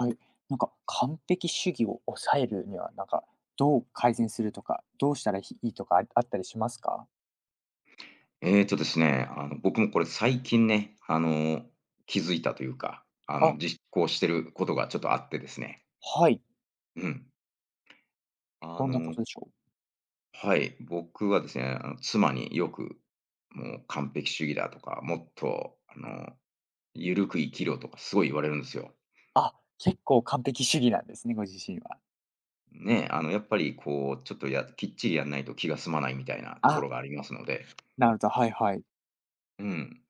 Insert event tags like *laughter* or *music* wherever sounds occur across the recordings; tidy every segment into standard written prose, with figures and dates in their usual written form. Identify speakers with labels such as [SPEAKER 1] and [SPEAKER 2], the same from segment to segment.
[SPEAKER 1] はい。なんか完璧主義を抑えるには、なんかどう改善するとか、どうしたらいいとかあったりしますか？
[SPEAKER 2] ええとですね、あの、僕もこれ最近ね、気づいたというか、
[SPEAKER 1] あ、
[SPEAKER 2] 実行してることがちょっとあってですね。
[SPEAKER 1] はい。
[SPEAKER 2] うん。あ
[SPEAKER 1] どんなこ
[SPEAKER 2] の
[SPEAKER 1] とでしょう？
[SPEAKER 2] はい、僕はですね、妻によく、もう完璧主義だとか、もっと、ゆるく生きろとかすごい言われるんですよ。
[SPEAKER 1] あ、結構完璧主義なんですね、ご自身は。
[SPEAKER 2] ね、やっぱりこう、ちょっときっちりやんないと気が済まないみたいなとこ
[SPEAKER 1] あ、
[SPEAKER 2] ろがありますので。
[SPEAKER 1] なるほど、はいはい。
[SPEAKER 2] うん。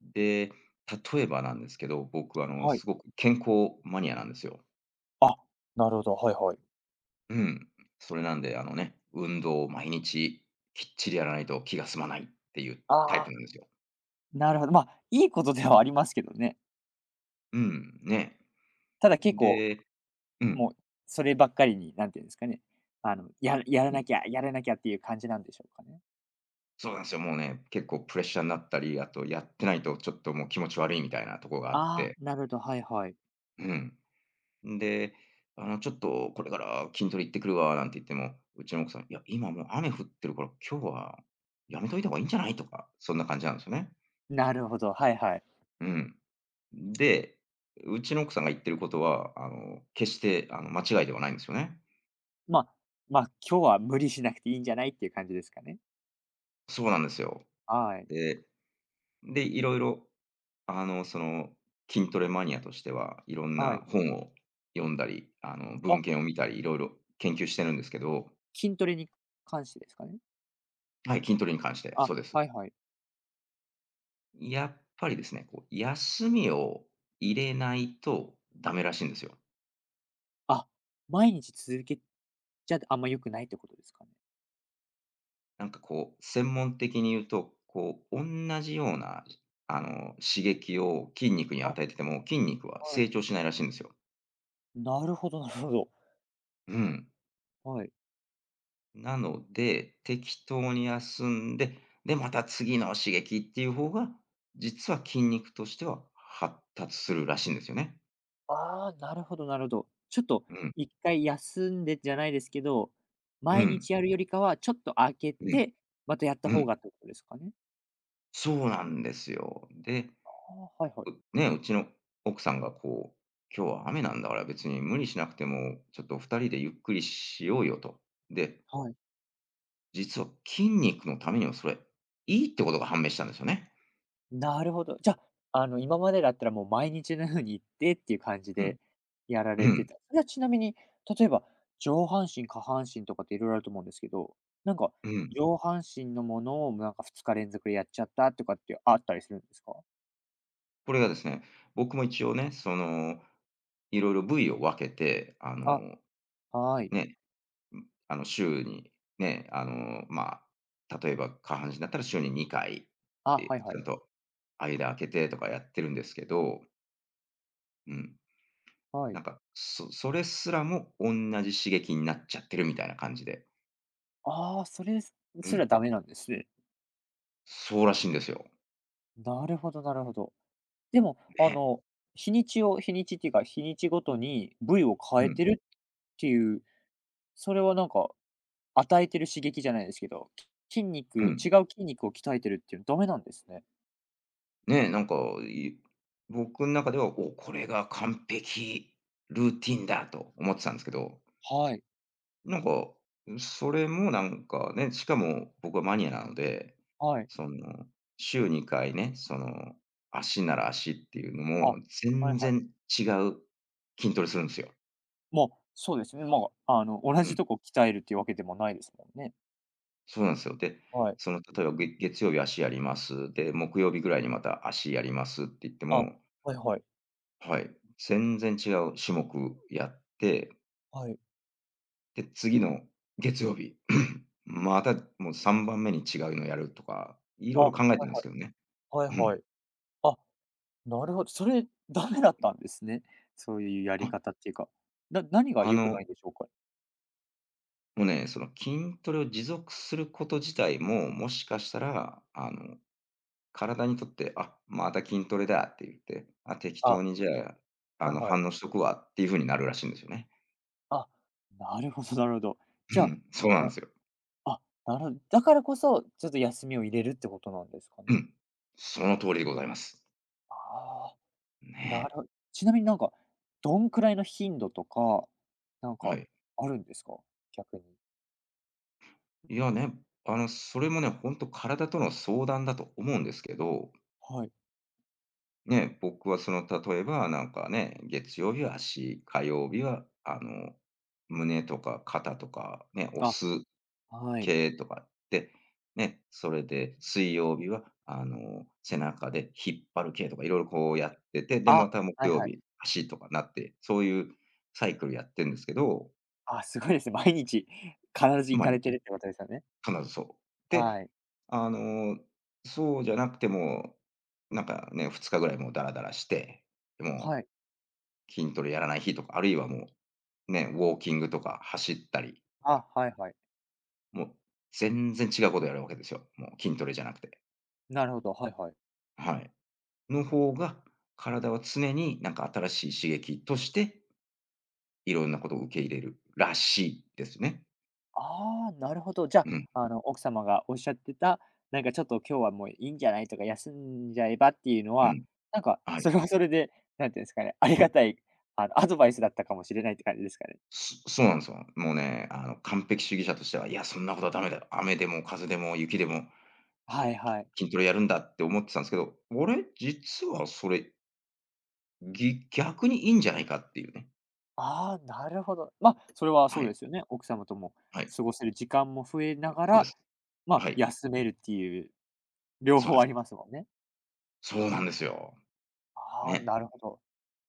[SPEAKER 2] で、例えばなんですけど、僕は
[SPEAKER 1] はい。
[SPEAKER 2] すごく健康マニアなんですよ。
[SPEAKER 1] あ、なるほど、はいはい。
[SPEAKER 2] うん。それなんで、運動を毎日きっちりやらないと気が済まないっていう
[SPEAKER 1] あ
[SPEAKER 2] タイプ
[SPEAKER 1] あ、
[SPEAKER 2] なんですよ。
[SPEAKER 1] なるほど。ま、あいいことではありますけどね。
[SPEAKER 2] うん、ね。
[SPEAKER 1] ただ結構、
[SPEAKER 2] でう
[SPEAKER 1] も
[SPEAKER 2] ん、
[SPEAKER 1] うそればっかりに、なんていうんですかね、ややら
[SPEAKER 2] う
[SPEAKER 1] な
[SPEAKER 2] ん。
[SPEAKER 1] きゃやらなきゃっていう感じなんでしょうかね？
[SPEAKER 2] そうなんですよ、もうね、結構プレッシャーになったり、あとやってないとちょっともう気持ち悪いみたいなとこがあ
[SPEAKER 1] あ
[SPEAKER 2] っ
[SPEAKER 1] あ、
[SPEAKER 2] て。
[SPEAKER 1] なるほど、はいはい。
[SPEAKER 2] うん。んで、ちょっとこれから筋トレ行ってくるわなんて言っても、うちの奥さん、いや、今もう雨降ってるから今日はやめといた方がいいんじゃないとか、そんな感じなんですよね。
[SPEAKER 1] なるほど、はいはい。
[SPEAKER 2] うん。で、うちの奥さんが言ってることは、決して間違いではないんですよね。
[SPEAKER 1] まあ、まあ、今日は無理しなくていいんじゃないっていう感じですかね。
[SPEAKER 2] そうなんですよ。
[SPEAKER 1] はい。
[SPEAKER 2] で、で、いろいろ、あの、その、筋トレマニアとしては、いろん
[SPEAKER 1] はい。
[SPEAKER 2] な本を読んだり、
[SPEAKER 1] あ、
[SPEAKER 2] 文献を見たり、いろいろ研究してるんですけど、
[SPEAKER 1] 筋トレに関してですかね？
[SPEAKER 2] はい、筋トレに関して、
[SPEAKER 1] あ、
[SPEAKER 2] そうです。
[SPEAKER 1] はいはい。
[SPEAKER 2] やっぱりですね、こう、休みを入れないとダメらしいんですよ。
[SPEAKER 1] あ、毎日続けちゃあんま良くないってことですかね？
[SPEAKER 2] なんかこう、専門的に言うと、こう、同じような、刺激を筋肉に
[SPEAKER 1] あ、
[SPEAKER 2] 与えてても、筋肉は
[SPEAKER 1] は
[SPEAKER 2] 成
[SPEAKER 1] い。
[SPEAKER 2] 長しないらしいんですよ。
[SPEAKER 1] なるほどなるほど。
[SPEAKER 2] うん。
[SPEAKER 1] はい。
[SPEAKER 2] なので、適当に休んで、で、また次の刺激っていう方が、実は筋肉としては発達するらしいんですよね。
[SPEAKER 1] ああ、なるほどなるほど。ちょっと
[SPEAKER 2] うん。
[SPEAKER 1] 一回休んでじゃないですけど、
[SPEAKER 2] う
[SPEAKER 1] 毎
[SPEAKER 2] ん。
[SPEAKER 1] 日やるよりかは、ちょっと空け
[SPEAKER 2] うん。
[SPEAKER 1] て、またやった
[SPEAKER 2] う
[SPEAKER 1] 方
[SPEAKER 2] ん。
[SPEAKER 1] がってことですかね？
[SPEAKER 2] そうなんですよ。で、
[SPEAKER 1] ああ、はいはい。
[SPEAKER 2] うね、うちの奥さんがこう、今日は雨なんだから別に無理しなくても、ちょっと二人でゆっくりしようよと。で、
[SPEAKER 1] はい。
[SPEAKER 2] 実は筋肉のためにもそれ、いいってことが判明したんですよね。
[SPEAKER 1] なるほど。じゃあ、今までだったらもう毎日のように行ってっていう感じ
[SPEAKER 2] うん。
[SPEAKER 1] でやら
[SPEAKER 2] う
[SPEAKER 1] れて
[SPEAKER 2] ん。
[SPEAKER 1] た。それはちなみに、例えば上半身、下半身とかって色々あると思うんですけど、なんか
[SPEAKER 2] うん。
[SPEAKER 1] 上半身のものをなんか2日連続でやっちゃったとかってあったりするんですか？
[SPEAKER 2] これがですね、僕も一応ね、その、いろいろ部位を分けて、
[SPEAKER 1] あ、はい。
[SPEAKER 2] ね、週に、ね、あの、ま例えば下半身だったら週に2回っ
[SPEAKER 1] あ、
[SPEAKER 2] て、
[SPEAKER 1] はいは
[SPEAKER 2] ちゃ
[SPEAKER 1] い。
[SPEAKER 2] んと間開けてとかやってるんですけど、うん。
[SPEAKER 1] は
[SPEAKER 2] な
[SPEAKER 1] い。
[SPEAKER 2] んか、それすらもおんなじ刺激になっちゃってるみたいな感じで。
[SPEAKER 1] ああ、それす
[SPEAKER 2] う
[SPEAKER 1] ら
[SPEAKER 2] ん、
[SPEAKER 1] ダメなんですね。
[SPEAKER 2] そうらしいんですよ。
[SPEAKER 1] なるほどなるほど。でも、
[SPEAKER 2] ね。
[SPEAKER 1] 日にちっていうか、日にちごとに部位を変
[SPEAKER 2] う
[SPEAKER 1] えて
[SPEAKER 2] ん、
[SPEAKER 1] るっていう、それはなんか与えてる刺激じゃないですけど、筋肉
[SPEAKER 2] う
[SPEAKER 1] 違う
[SPEAKER 2] ん。
[SPEAKER 1] 筋肉を鍛えてるっていうのダメなんですね。
[SPEAKER 2] ね、なんか、い僕の中では、これが完璧ルーティンだと思ってたんですけど、
[SPEAKER 1] はい、
[SPEAKER 2] なんか、それもなんかね、しかも僕はマニアなので、
[SPEAKER 1] はい。
[SPEAKER 2] その、週2回ね、その、足なら足っていうの
[SPEAKER 1] あ、は
[SPEAKER 2] も
[SPEAKER 1] いは
[SPEAKER 2] 全
[SPEAKER 1] い。
[SPEAKER 2] 然違う筋トレするんですよ。
[SPEAKER 1] まあ、そうですね。まあ、同
[SPEAKER 2] う
[SPEAKER 1] じ
[SPEAKER 2] ん。
[SPEAKER 1] とこ鍛えるっていうわけでもないですもんね。
[SPEAKER 2] そうなんですよ。で、
[SPEAKER 1] はい。
[SPEAKER 2] その例えば、月曜日足やります。で、木曜日ぐらいにまた足やりますって言って
[SPEAKER 1] あ、は
[SPEAKER 2] も、
[SPEAKER 1] いはい。
[SPEAKER 2] はい、全然違う種目やって、
[SPEAKER 1] はい。
[SPEAKER 2] で、次の月曜日、*clears throat* またもう3番目に違うのやるとか、いろ
[SPEAKER 1] あ、
[SPEAKER 2] いろ
[SPEAKER 1] はい
[SPEAKER 2] 考えてるんです
[SPEAKER 1] は
[SPEAKER 2] けどね。
[SPEAKER 1] い。
[SPEAKER 2] う
[SPEAKER 1] はいは
[SPEAKER 2] ん。
[SPEAKER 1] い。あ、なるほど。それダメだったんですね。そういうやり
[SPEAKER 2] あ、
[SPEAKER 1] 方っていうか。何が
[SPEAKER 2] あ
[SPEAKER 1] 良く
[SPEAKER 2] の、
[SPEAKER 1] ないんでしょうか？
[SPEAKER 2] もうね、その筋トレを持続すること自体も、もしかしたら、体にとって、あ、また筋トレだって言って、あ、適
[SPEAKER 1] あ、
[SPEAKER 2] 当にじゃあ、
[SPEAKER 1] はいはい。
[SPEAKER 2] 反応しとくわっていう風になるらしいんですよね。
[SPEAKER 1] あ、なるほどなるほど。
[SPEAKER 2] う
[SPEAKER 1] じゃあ
[SPEAKER 2] ん、そうなんですよ。
[SPEAKER 1] あ、なるほどだからこそ、ちょっと休みを入れるってことなんですか
[SPEAKER 2] う
[SPEAKER 1] ね。
[SPEAKER 2] ん。その通りでございます。
[SPEAKER 1] ああ、な
[SPEAKER 2] ね。
[SPEAKER 1] るほどちなみになんか、どんくらいの頻度とか、なん
[SPEAKER 2] は
[SPEAKER 1] か
[SPEAKER 2] い。
[SPEAKER 1] あるんですか？逆に。
[SPEAKER 2] いやね、それもね、ほんと体との相談だと思うんですけど、
[SPEAKER 1] はい。
[SPEAKER 2] ね、僕はその例えばなんかね、月曜日は足、火曜日は胸とか肩とかね、押
[SPEAKER 1] あ、
[SPEAKER 2] す
[SPEAKER 1] はい。
[SPEAKER 2] 系とかって、ね、それで水曜日は背中で引っ張る系とかいろいろこうやってて、で、ま
[SPEAKER 1] あ、
[SPEAKER 2] た木
[SPEAKER 1] はい
[SPEAKER 2] 曜
[SPEAKER 1] はい。
[SPEAKER 2] 日、足とかなって、そういうサイクルやってるんですけど、
[SPEAKER 1] あ、すごいですね。*laughs* 毎日必ず
[SPEAKER 2] う
[SPEAKER 1] 行
[SPEAKER 2] まあ、
[SPEAKER 1] かれてる
[SPEAKER 2] ん。
[SPEAKER 1] ってことですよね。
[SPEAKER 2] 必ずそう。で、
[SPEAKER 1] はい。
[SPEAKER 2] あの、そうじゃなくても、なんかね、2日ぐらいもうダラダラして、も
[SPEAKER 1] はい。
[SPEAKER 2] う筋トレやらない日とか、あるいはもう、ね、ウォーキングとか走ったりとか、
[SPEAKER 1] あ、はいはい。
[SPEAKER 2] もう全然違うことやるわけですよ。もう筋トレじゃなくて。
[SPEAKER 1] なるほど、はいはい。
[SPEAKER 2] はい。の方が、体は常になんか新しい刺激として、いろんなことを受け入れるらしいですね。
[SPEAKER 1] ああ、なるほど。じゃ
[SPEAKER 2] うん、
[SPEAKER 1] あ、奥様がおっしゃってた、なんかちょっと今日はもういいんじゃないとか、休んじゃえばっていうの
[SPEAKER 2] う
[SPEAKER 1] は、
[SPEAKER 2] ん、
[SPEAKER 1] なんか
[SPEAKER 2] はい。
[SPEAKER 1] それはそれで、なんていうんですかね、ありがたい、アドバイスだったかもしれないって感じですかね。
[SPEAKER 2] そそうなんですよ。もうね、完璧主義者としては、いや、そんなことはダメだよ。雨でも風でも雪でも
[SPEAKER 1] はいはい。
[SPEAKER 2] 筋トレやるんだって思ってたんですけど、実はそれ、逆にいいんじゃないかっていうね。
[SPEAKER 1] ああ、なるほど。ま、あそれは
[SPEAKER 2] は
[SPEAKER 1] そう
[SPEAKER 2] い、
[SPEAKER 1] ですよね。奥様とも
[SPEAKER 2] はい、
[SPEAKER 1] 過ごせる時間も増えなが
[SPEAKER 2] そうで
[SPEAKER 1] ら、
[SPEAKER 2] す。
[SPEAKER 1] ま、あ
[SPEAKER 2] はい、
[SPEAKER 1] 休めるっていう両
[SPEAKER 2] そうで
[SPEAKER 1] 方ありま
[SPEAKER 2] す。
[SPEAKER 1] すもんね。
[SPEAKER 2] そうなんですよ。
[SPEAKER 1] ああ、
[SPEAKER 2] ね。
[SPEAKER 1] なるほど。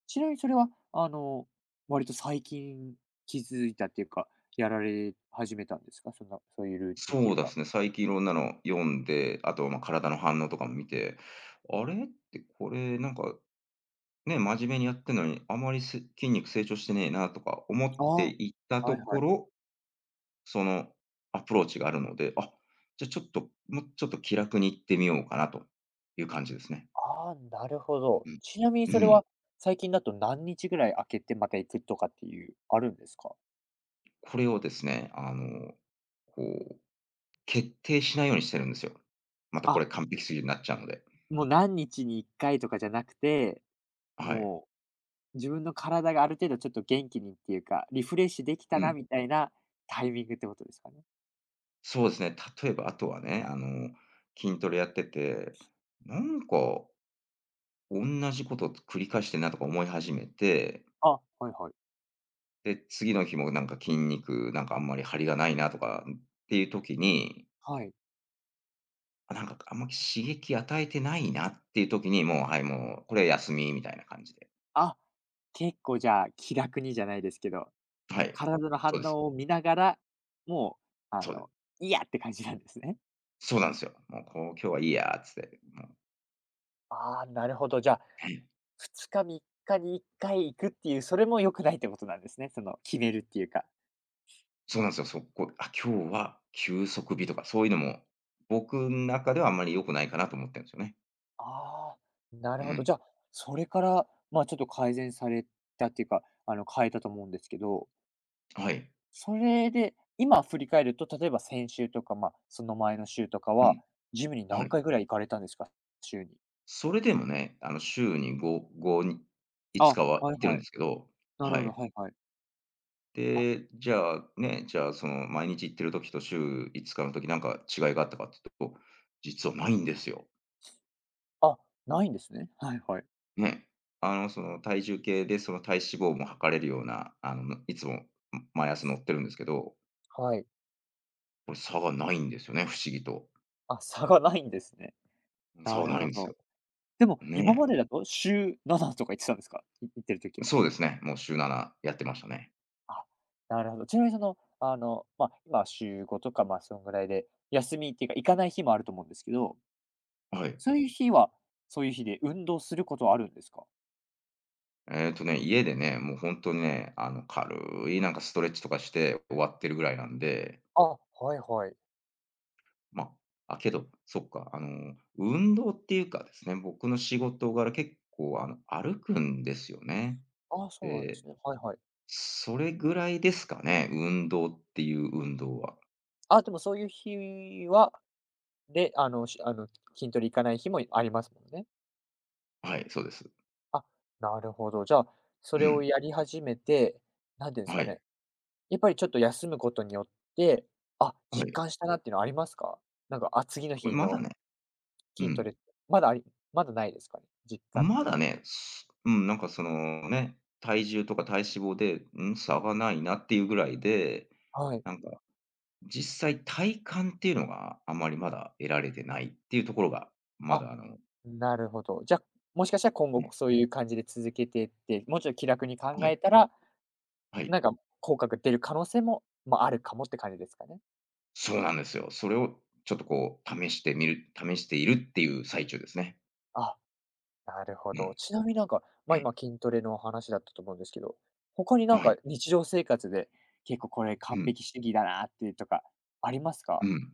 [SPEAKER 1] ちなみにそれは、割と最近気づいたっていうか、やられ始めたんですか？そんな、そういうルーティンってい
[SPEAKER 2] そ
[SPEAKER 1] う
[SPEAKER 2] うで
[SPEAKER 1] か。
[SPEAKER 2] すね、最近いろんなの読んで、あと、ま、体の反応とかも見て、あれって、これなんか、ね、真面目にやってんのに、あまり筋肉成長してねえなとか思っ
[SPEAKER 1] あ
[SPEAKER 2] て
[SPEAKER 1] あ、
[SPEAKER 2] いたと
[SPEAKER 1] はい
[SPEAKER 2] こ
[SPEAKER 1] はい。
[SPEAKER 2] ろ、そのアプローチがあるので、あ、じゃ、ちょっと、もうちょっと気楽に行ってみようかなという感じですね。
[SPEAKER 1] ああ、なるほ
[SPEAKER 2] う
[SPEAKER 1] ど。
[SPEAKER 2] ん。
[SPEAKER 1] ちなみにそれ
[SPEAKER 2] うん。
[SPEAKER 1] は、最近だと何日ぐらい空けてまた行くとかっていう、あるんですか？
[SPEAKER 2] これをですね、こう、決定しないようにしてるんですよ。またこ
[SPEAKER 1] あ、
[SPEAKER 2] れ完璧主義になっちゃうので。
[SPEAKER 1] もう何日に1回とかじゃなくて、
[SPEAKER 2] はい。
[SPEAKER 1] もう自分の体がある程度ちょっと元気にっていうか、リフレッシュできた
[SPEAKER 2] う
[SPEAKER 1] な
[SPEAKER 2] ん。
[SPEAKER 1] みたいなタイミングってことですかね？
[SPEAKER 2] そうですね、例えばあとはね、筋トレやってて、なんか同じことを繰り返してんなとか思い始めて、
[SPEAKER 1] あ、はいはい。
[SPEAKER 2] で、次の日もなんか筋肉、なんかあんまり張りがないなとかっていう時に、
[SPEAKER 1] はい。
[SPEAKER 2] あ、なんか、あんまり刺激与えてないなっていう時に、もう、はい、もうこれ休みみたいな感じで。
[SPEAKER 1] あ、結構じゃあ気楽にじゃないですけど
[SPEAKER 2] はい。
[SPEAKER 1] 体の
[SPEAKER 2] そう
[SPEAKER 1] 反
[SPEAKER 2] です。
[SPEAKER 1] 応を見ながら、もう、
[SPEAKER 2] そうです
[SPEAKER 1] いやって感じなんですね。
[SPEAKER 2] そうなんですよ。もう、こう、今日はいいやっつって、もう、
[SPEAKER 1] ああ、なるほど。じゃあ、
[SPEAKER 2] はい。
[SPEAKER 1] 2日、3日に1回行くっていう、それも良くないってことなんですね。決めるっていうか。
[SPEAKER 2] そうなんですよ。そこ、あ、今日は休息日とかそういうのも、僕の中ではあんまり良くないかなと思ってるんですよね。
[SPEAKER 1] ああ、なる
[SPEAKER 2] う
[SPEAKER 1] ほど。
[SPEAKER 2] ん。
[SPEAKER 1] じゃあ、それから、まあ、ちょっと改善されたっていうか、変えたと思うんですけど、
[SPEAKER 2] はい。
[SPEAKER 1] それで、今振り返ると、例えば先週とか、まあ、その前の週とか
[SPEAKER 2] う
[SPEAKER 1] は、
[SPEAKER 2] ん。
[SPEAKER 1] ジムに
[SPEAKER 2] は
[SPEAKER 1] 何
[SPEAKER 2] い。
[SPEAKER 1] 回ぐらい行かれたんですか？週に。
[SPEAKER 2] それでもね、週に
[SPEAKER 1] あ、
[SPEAKER 2] 5日は
[SPEAKER 1] はい
[SPEAKER 2] 行ってる
[SPEAKER 1] は
[SPEAKER 2] ん
[SPEAKER 1] い。
[SPEAKER 2] ですけど、
[SPEAKER 1] なる
[SPEAKER 2] は
[SPEAKER 1] ほど、
[SPEAKER 2] い。
[SPEAKER 1] はいはい。あ
[SPEAKER 2] で、じゃあ、ね、じゃあ、その、毎日行ってる時と週5日の時、なんか違いがあったかって言うと、実はないんですよ。
[SPEAKER 1] あ、ないんですね。はいはい。
[SPEAKER 2] ね。体重計で、その、体脂肪も測れるような、あの、いつも、毎朝乗ってるんですけど、
[SPEAKER 1] はい。
[SPEAKER 2] これ差がないんですよね、不思議と。
[SPEAKER 1] あ、差がないんですね。*laughs*
[SPEAKER 2] 差
[SPEAKER 1] な
[SPEAKER 2] は
[SPEAKER 1] る
[SPEAKER 2] ない
[SPEAKER 1] ほ
[SPEAKER 2] んです
[SPEAKER 1] ど。
[SPEAKER 2] よ。
[SPEAKER 1] でも、今ま
[SPEAKER 2] ね
[SPEAKER 1] でだと週7とか言ってたんですか？行ってる時
[SPEAKER 2] え。
[SPEAKER 1] は。
[SPEAKER 2] そうですね、もう週7やってましたね。
[SPEAKER 1] あ、なるほど。ちなみにまあ、今週5とか、まあ、そのぐらいで、休みっていうか行かない日もあると思うんですけど、
[SPEAKER 2] はい。
[SPEAKER 1] そういう日は、そういう日で運動することはあるんですか？
[SPEAKER 2] えっとね、家でね、もう本当にね、軽いなんかストレッチとかして終わってるぐらいなんで、
[SPEAKER 1] あ、はいはい。
[SPEAKER 2] まけど、そっか、運動っていうかですね、僕の仕事柄、結構、歩くんですよね。
[SPEAKER 1] ああ、そうなんで
[SPEAKER 2] で、
[SPEAKER 1] すね。はいはい。
[SPEAKER 2] それぐらいですかね、運動っていう運動は。
[SPEAKER 1] あ、でもそういう日は、で、あの、しあの、筋トレ行かない日もありますもんね。
[SPEAKER 2] はい、そうです。
[SPEAKER 1] あ、なるほど。じゃあ、そ
[SPEAKER 2] う
[SPEAKER 1] れを
[SPEAKER 2] ん。
[SPEAKER 1] やり始めて、なんていうんです
[SPEAKER 2] は
[SPEAKER 1] か
[SPEAKER 2] い。
[SPEAKER 1] ね、やっぱりちょっと休むことによって、あ、
[SPEAKER 2] は
[SPEAKER 1] 実
[SPEAKER 2] い。
[SPEAKER 1] 感したなっていうのはありますか？なんか、あ、次の
[SPEAKER 2] これ
[SPEAKER 1] 日
[SPEAKER 2] まだ
[SPEAKER 1] の
[SPEAKER 2] ね、う
[SPEAKER 1] 筋ト
[SPEAKER 2] ん。
[SPEAKER 1] レ、まだありまだないですかね？実感っ
[SPEAKER 2] ま
[SPEAKER 1] ていうの
[SPEAKER 2] だね、すうん、なんか、その、ね、体重とか体脂肪で、うん、差がないなっていうぐらいで、
[SPEAKER 1] は。はい。
[SPEAKER 2] なんか、実際体感っていうのがあまりまだ得られてないっていうところが、ま
[SPEAKER 1] あ、
[SPEAKER 2] だ、
[SPEAKER 1] なるほど。じゃ、あもしかしたら今後、
[SPEAKER 2] ね、
[SPEAKER 1] そういう感じで続けていって、もうちょっと気楽に考
[SPEAKER 2] はい。
[SPEAKER 1] えたら、
[SPEAKER 2] は
[SPEAKER 1] な
[SPEAKER 2] い、
[SPEAKER 1] んか効果が出る可能性も、まあ、あるかもって感じですかね？
[SPEAKER 2] そうなんですよ。それをちょっとこう試しているっていう最中ですね。
[SPEAKER 1] あ。なるほ
[SPEAKER 2] う
[SPEAKER 1] ど。
[SPEAKER 2] ん。
[SPEAKER 1] ちなみになんか、ま、今
[SPEAKER 2] え、
[SPEAKER 1] 筋トレの話だったと思うんですけど、他になん
[SPEAKER 2] は
[SPEAKER 1] か
[SPEAKER 2] い。
[SPEAKER 1] 日常生活で、結構これ
[SPEAKER 2] う
[SPEAKER 1] 完
[SPEAKER 2] ん、
[SPEAKER 1] 璧主義だなっていうとかありますか？
[SPEAKER 2] うん。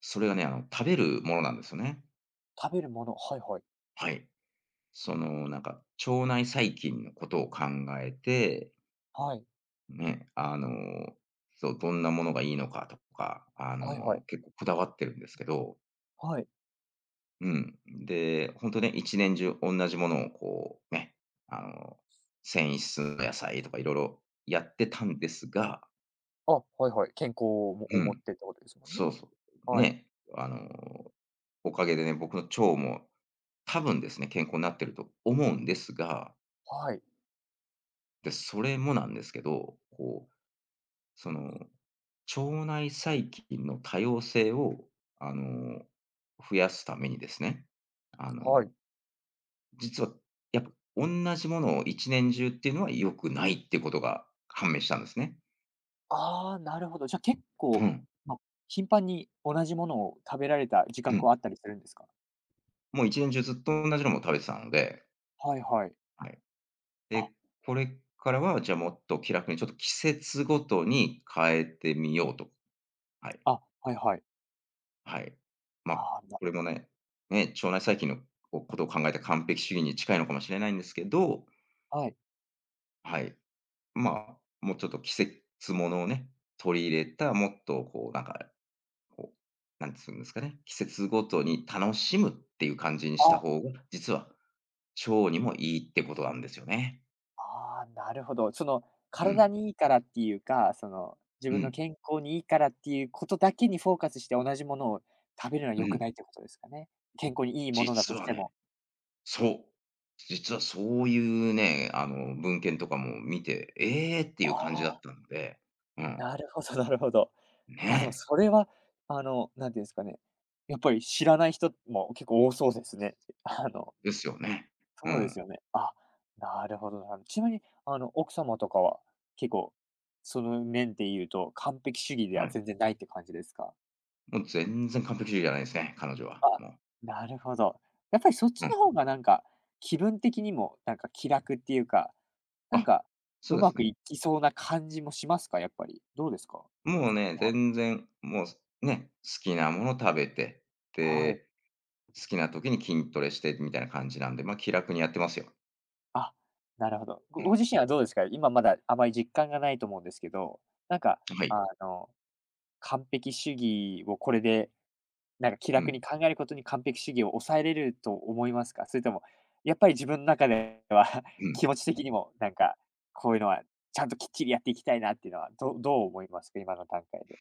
[SPEAKER 2] それがね、食べるものなんですよね。
[SPEAKER 1] 食べるものはいはい。
[SPEAKER 2] はい。その、なんか、腸内細菌のことを考えて、
[SPEAKER 1] はい。
[SPEAKER 2] ね、そう、どんなものがいいのかとか、
[SPEAKER 1] はいはい。
[SPEAKER 2] 結構こだわってるんですけど、
[SPEAKER 1] はい。
[SPEAKER 2] うん。で、本当ね、一年中同じものをこうね、あの、繊維質の野菜とかいろいろやってたんですが、
[SPEAKER 1] あ、はいはい。健康をも
[SPEAKER 2] う
[SPEAKER 1] 思っ
[SPEAKER 2] ん、
[SPEAKER 1] てってことですもんね。
[SPEAKER 2] そうそう。
[SPEAKER 1] はい。
[SPEAKER 2] ね、あの、おかげでね、僕の腸も多分ですね、健康になってると思うんですが、
[SPEAKER 1] はい。
[SPEAKER 2] で、それもなんですけど、こう、その、腸内細菌の多様性を、あの、増やすためにですね、あの、
[SPEAKER 1] はい。
[SPEAKER 2] 実はやっぱ同じものを一年中っていうのは良くないってことが判明したんですね。
[SPEAKER 1] ああ、なるほど。じゃ、結
[SPEAKER 2] う
[SPEAKER 1] 構、
[SPEAKER 2] ん、
[SPEAKER 1] まあ、頻繁に同じものを食べられた自
[SPEAKER 2] う
[SPEAKER 1] 覚
[SPEAKER 2] ん。
[SPEAKER 1] はあったりするんですか？
[SPEAKER 2] もう1年中ずっと同じのも食べてたので、
[SPEAKER 1] はいはい。
[SPEAKER 2] はい。
[SPEAKER 1] あ、
[SPEAKER 2] で、これからは、じゃあ、もっと気楽に、ちょっと季節ごとに変えてみようと。はい。
[SPEAKER 1] あ、はいはい。
[SPEAKER 2] はい。まあ、
[SPEAKER 1] ああ、な
[SPEAKER 2] これもね、ね、腸内細菌のこことを考えた完璧主義に近いのかもしれないんですけど、
[SPEAKER 1] はい。
[SPEAKER 2] はい。まあ、もうちょっと季節ものをね、取り入れた、もっとこう、なんか、こう、なんつうんですかね、季節ごとに楽しむっていう感じに
[SPEAKER 1] あ
[SPEAKER 2] した
[SPEAKER 1] あ。
[SPEAKER 2] 方が、実は腸にもいいってことなんですよね。
[SPEAKER 1] ああ、なるほど。その、
[SPEAKER 2] う
[SPEAKER 1] 体
[SPEAKER 2] ん、
[SPEAKER 1] にいいからっていうか、その、自
[SPEAKER 2] う
[SPEAKER 1] 分の
[SPEAKER 2] ん、
[SPEAKER 1] 健康にいいからっていうことだけにフォーカスして同じものを食べるのは
[SPEAKER 2] う
[SPEAKER 1] 良く
[SPEAKER 2] ん。
[SPEAKER 1] ないってことですかね。健康にいいものだ
[SPEAKER 2] 実
[SPEAKER 1] とし
[SPEAKER 2] は
[SPEAKER 1] て
[SPEAKER 2] ね、
[SPEAKER 1] も。
[SPEAKER 2] そう。実はそういうね、文献とかも見て、ええーっていう感
[SPEAKER 1] あ
[SPEAKER 2] じだっ
[SPEAKER 1] あ、
[SPEAKER 2] たので、うん、
[SPEAKER 1] なるほどなるほど。
[SPEAKER 2] ね
[SPEAKER 1] ま、でもそれは、なんていうんですかね、やっぱり知らない人も結構多そうですね。*laughs* あの、
[SPEAKER 2] え、ですよね。う
[SPEAKER 1] そうです
[SPEAKER 2] ん、
[SPEAKER 1] よね。あ、なるほどなるほどちなみに、奥様とかは結構、その面で言うと完璧主義で
[SPEAKER 2] は
[SPEAKER 1] は
[SPEAKER 2] い。
[SPEAKER 1] 全然ないって感じですか？
[SPEAKER 2] もう全然完璧主義じゃないですね、彼女は、
[SPEAKER 1] あ、
[SPEAKER 2] もう。
[SPEAKER 1] なるほど。やっぱりそっ
[SPEAKER 2] う
[SPEAKER 1] ち
[SPEAKER 2] ん。
[SPEAKER 1] の方がなんか、気分的にもなんか気楽っていうか、なん
[SPEAKER 2] あ、
[SPEAKER 1] か
[SPEAKER 2] そ
[SPEAKER 1] う
[SPEAKER 2] うで
[SPEAKER 1] ま
[SPEAKER 2] す
[SPEAKER 1] く
[SPEAKER 2] ね。
[SPEAKER 1] いきそうな感じもしますか？やっぱり。どうですか？
[SPEAKER 2] もうね、全然、もう、ね、好きなもの食べて、
[SPEAKER 1] はい。
[SPEAKER 2] で、好きな時に筋トレしてみたいな感じなんで、ま、気楽にやってますよ。
[SPEAKER 1] あ、なるほど。ご
[SPEAKER 2] う
[SPEAKER 1] ご自身はどうですか？今まだあまり実感がないと思うんですけど、なんか
[SPEAKER 2] ん、はい。
[SPEAKER 1] あの、完璧主義をこれでなんか気
[SPEAKER 2] う
[SPEAKER 1] 楽
[SPEAKER 2] ん、
[SPEAKER 1] に考えることに完璧主義を抑えれると思いますか？それとも、やっぱり自分の中では
[SPEAKER 2] う
[SPEAKER 1] *laughs*
[SPEAKER 2] ん。
[SPEAKER 1] 気持ち的にも、なんか、こういうのはちゃんときっちりやっていきたいなっていうのは、どう思いますか？今の段階で。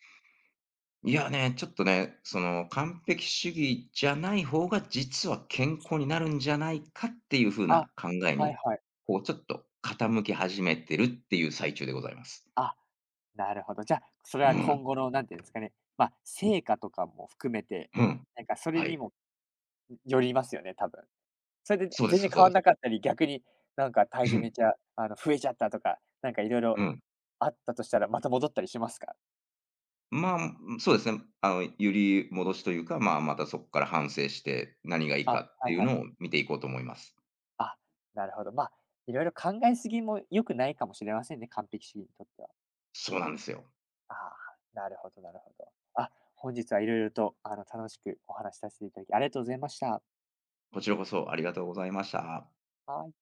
[SPEAKER 2] いやね、ちょっとね、その、完璧主義じゃない方が実は健康になるんじゃないかっていう風
[SPEAKER 1] あ、
[SPEAKER 2] な考え
[SPEAKER 1] は
[SPEAKER 2] に、
[SPEAKER 1] いはい。
[SPEAKER 2] こうちょっと傾き始めてるっていう最中でございます。
[SPEAKER 1] あ、なるほど。じゃあ、それ
[SPEAKER 2] う
[SPEAKER 1] は
[SPEAKER 2] ん、
[SPEAKER 1] 今後のなんていうんですかね、まあ、成果とかも含めて、
[SPEAKER 2] うん。
[SPEAKER 1] なんかそれ
[SPEAKER 2] は
[SPEAKER 1] に
[SPEAKER 2] い。
[SPEAKER 1] もよりますよね、多分。それで
[SPEAKER 2] そうで
[SPEAKER 1] 全然
[SPEAKER 2] すそ
[SPEAKER 1] 変
[SPEAKER 2] う
[SPEAKER 1] わ
[SPEAKER 2] で
[SPEAKER 1] ん
[SPEAKER 2] す。
[SPEAKER 1] なかったり、逆になんか
[SPEAKER 2] う
[SPEAKER 1] 体重め
[SPEAKER 2] ん、
[SPEAKER 1] ちゃ、増えちゃったとか、なんかいろい
[SPEAKER 2] う
[SPEAKER 1] ろ
[SPEAKER 2] ん。
[SPEAKER 1] あったとしたら、また戻ったりしますか？
[SPEAKER 2] まあ、そうですね。揺り戻しというか、まあ、またそこから反省して、何がいいか
[SPEAKER 1] あ、
[SPEAKER 2] っ
[SPEAKER 1] は
[SPEAKER 2] て
[SPEAKER 1] い
[SPEAKER 2] いう
[SPEAKER 1] はい。
[SPEAKER 2] のを見ていこうと思います。
[SPEAKER 1] あ、なるほど。まあ、いろいろ考えすぎも良くないかもしれませんね、完璧主義にとっては。
[SPEAKER 2] そうなんですよ。
[SPEAKER 1] ああ、なるほどなるほど。あ、本日はいろいろと、楽しくお話しさせていただき、ありがとうございました。
[SPEAKER 2] こちらこそありがとうございました。
[SPEAKER 1] はい。